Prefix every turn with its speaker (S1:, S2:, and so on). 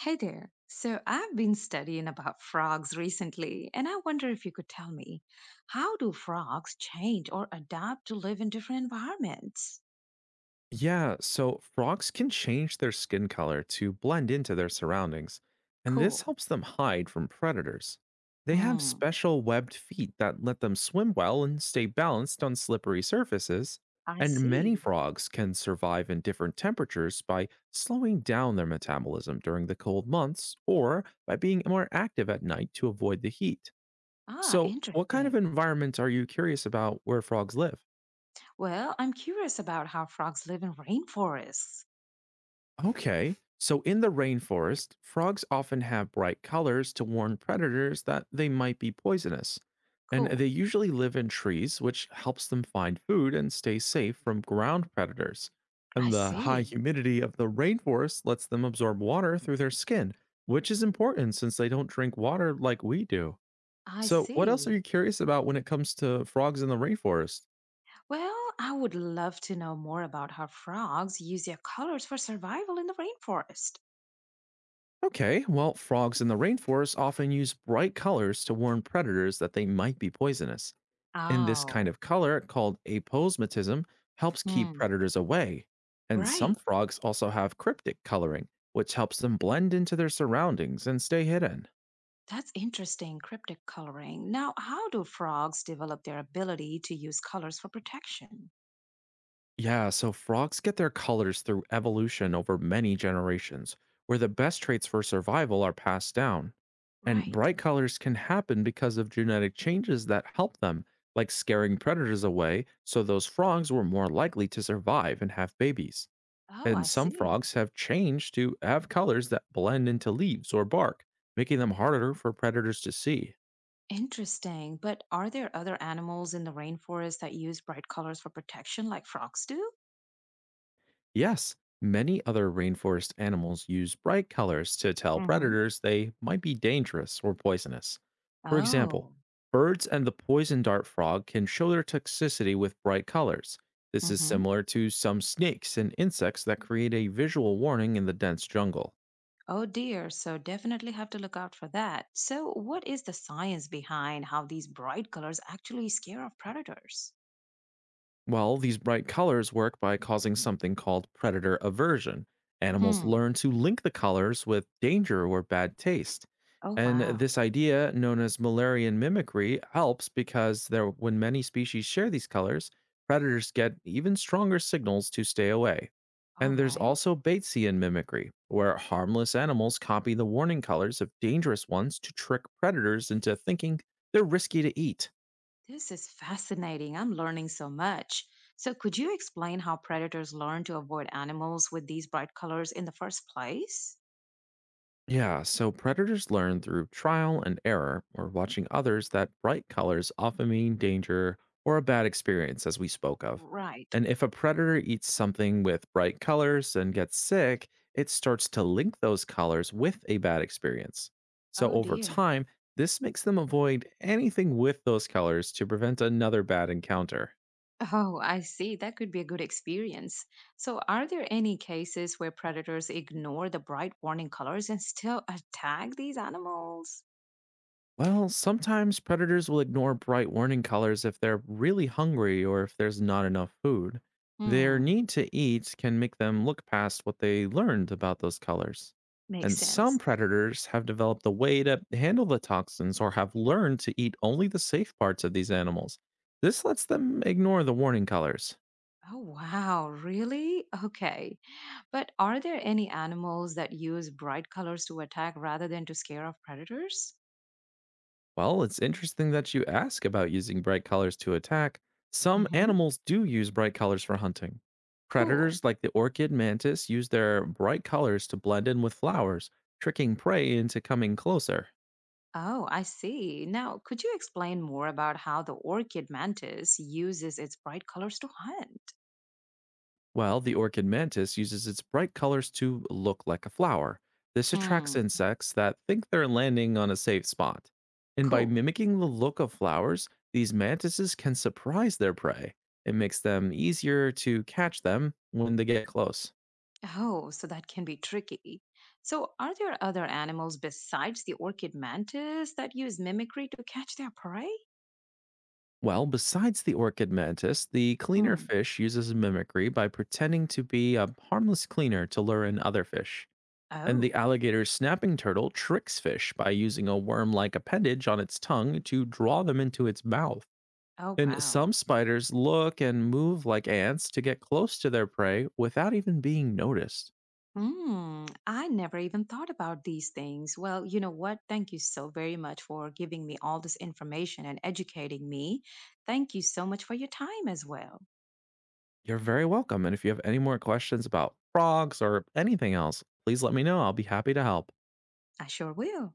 S1: Hey there. So I've been studying about frogs recently, and I wonder if you could tell me, how do frogs change or adapt to live in different environments?
S2: Yeah, so frogs can change their skin color to blend into their surroundings, and this
S1: Cool.
S2: helps them hide from predators. They have
S1: Hmm.
S2: special webbed feet that let them swim well and stay balanced on slippery surfaces,
S1: I
S2: and many
S1: see.
S2: frogs can survive in different temperatures by slowing down their metabolism during the cold months or by being more active at night to avoid the heat.
S1: Ah,
S2: So, what kind of
S1: interesting.
S2: environment are you curious about where frogs live?
S1: Well, I'm curious about how frogs live in rainforests.
S2: Okay. So, in the rainforest, frogs often have bright colors to warn predators that they might be poisonous. And
S1: Cool.
S2: they usually live in trees, which helps them find food and stay safe from ground predators.
S1: I
S2: And the high
S1: see.
S2: humidity of the rainforest lets them absorb water through their skin, which is important since they don't drink water like we do.
S1: I
S2: So, what else are
S1: see.
S2: you curious about when it comes to frogs in the rainforest?
S1: Well, I would love to know more about how frogs use their colors for survival in the rainforest.
S2: Okay, well, frogs in the rainforest often use bright colors to warn predators that they might be poisonous. And this kind
S1: Oh.
S2: of color, called aposematism, helps keep
S1: Hmm.
S2: predators away. And some
S1: Right.
S2: frogs also have cryptic coloring, which helps them blend into their surroundings and stay hidden.
S1: That's interesting, cryptic coloring. Now, how do frogs develop their ability to use colors for protection?
S2: Yeah, so frogs get their colors through evolution over many generations, where the best traits for survival are passed down. And
S1: Right.
S2: bright colors can happen because of genetic changes that help them, like scaring predators away, so those frogs were more likely to survive and have babies.
S1: Oh,
S2: And
S1: I
S2: some
S1: see.
S2: frogs have changed to have colors that blend into leaves or bark, making them harder for predators to see.
S1: Interesting. But are there other animals in the rainforest that use bright colors for protection like frogs do?
S2: Yes, many other rainforest animals use bright colors to tell
S1: Hmm.
S2: predators they might be dangerous or poisonous. For example,
S1: Oh.
S2: birds and the poison dart frog can show their toxicity with bright colors. This is
S1: Hmm.
S2: similar to some snakes and insects that create a visual warning in the dense jungle.
S1: Oh dear. So definitely have to look out for that. So what is the science behind how these bright colors actually scare off predators?
S2: Well, these bright colors work by causing something called predator aversion. Animals
S1: Hmm.
S2: learn to link the colors with danger or bad taste.
S1: Oh
S2: And
S1: wow.
S2: this idea, known as Mullerian mimicry, helps because there, when many species share these colors, predators get even stronger signals to stay away.
S1: All
S2: And there's
S1: right.
S2: also Batesian mimicry, where harmless animals copy the warning colors of dangerous ones to trick predators into thinking they're risky to eat.
S1: This is fascinating. I'm learning so much. So, could you explain how predators learn to avoid animals with these bright colors in the first place?
S2: Yeah, so predators learn through trial and error or watching others that bright colors often mean danger or a bad experience, as we spoke of.
S1: Right.
S2: And if a predator eats something with bright colors and gets sick, it starts to link those colors with a bad experience. So
S1: Oh,
S2: over
S1: dear.
S2: time, this makes them avoid anything with those colors to prevent another bad encounter.
S1: Oh, I see. That could be a good experience. So, are there any cases where predators ignore the bright warning colors and still attack these animals?
S2: Well, sometimes predators will ignore bright warning colors if they're really hungry or if there's not enough food. Their
S1: Hmm,
S2: need to eat can make them look past what they learned about those colors.
S1: makes
S2: And some
S1: sense.
S2: predators have developed a way to handle the toxins or have learned to eat only the safe parts of these animals. This lets them ignore the warning colors.
S1: Oh, wow. Really? Okay. But are there any animals that use bright colors to attack rather than to scare off predators?
S2: Well, it's interesting that you ask about using bright colors to attack. Some
S1: Hmm.
S2: animals do use bright colors for hunting.
S1: Cool.
S2: Predators like the orchid mantis use their bright colors to blend in with flowers, tricking prey into coming closer.
S1: Oh, I see. Now, could you explain more about how the orchid mantis uses its bright colors to hunt?
S2: Well, the orchid mantis uses its bright colors to look like a flower. This attracts
S1: Hmm.
S2: insects that think they're landing on a safe spot. And by
S1: Cool.
S2: mimicking the look of flowers, these mantises can surprise their prey. It makes them easier to catch them when they get close.
S1: Oh, so that can be tricky. So, are there other animals besides the orchid mantis that use mimicry to catch their prey?
S2: Well, besides the orchid mantis, the cleaner
S1: Hmm.
S2: fish uses mimicry by pretending to be a harmless cleaner to lure in other fish. And the
S1: Oh,
S2: alligator snapping turtle tricks fish by using a worm like appendage on its tongue to draw them into its mouth.
S1: oh,
S2: And
S1: wow.
S2: some spiders look and move like ants to get close to their prey without even being noticed.
S1: Mm, I never even thought about these things. Well, you know what? Thank you so very much for giving me all this information and educating me. Thank you so much for your time as well.
S2: You're very welcome. And if you have any more questions about frogs or anything else, please let me know. I'll be happy to help.
S1: I sure will.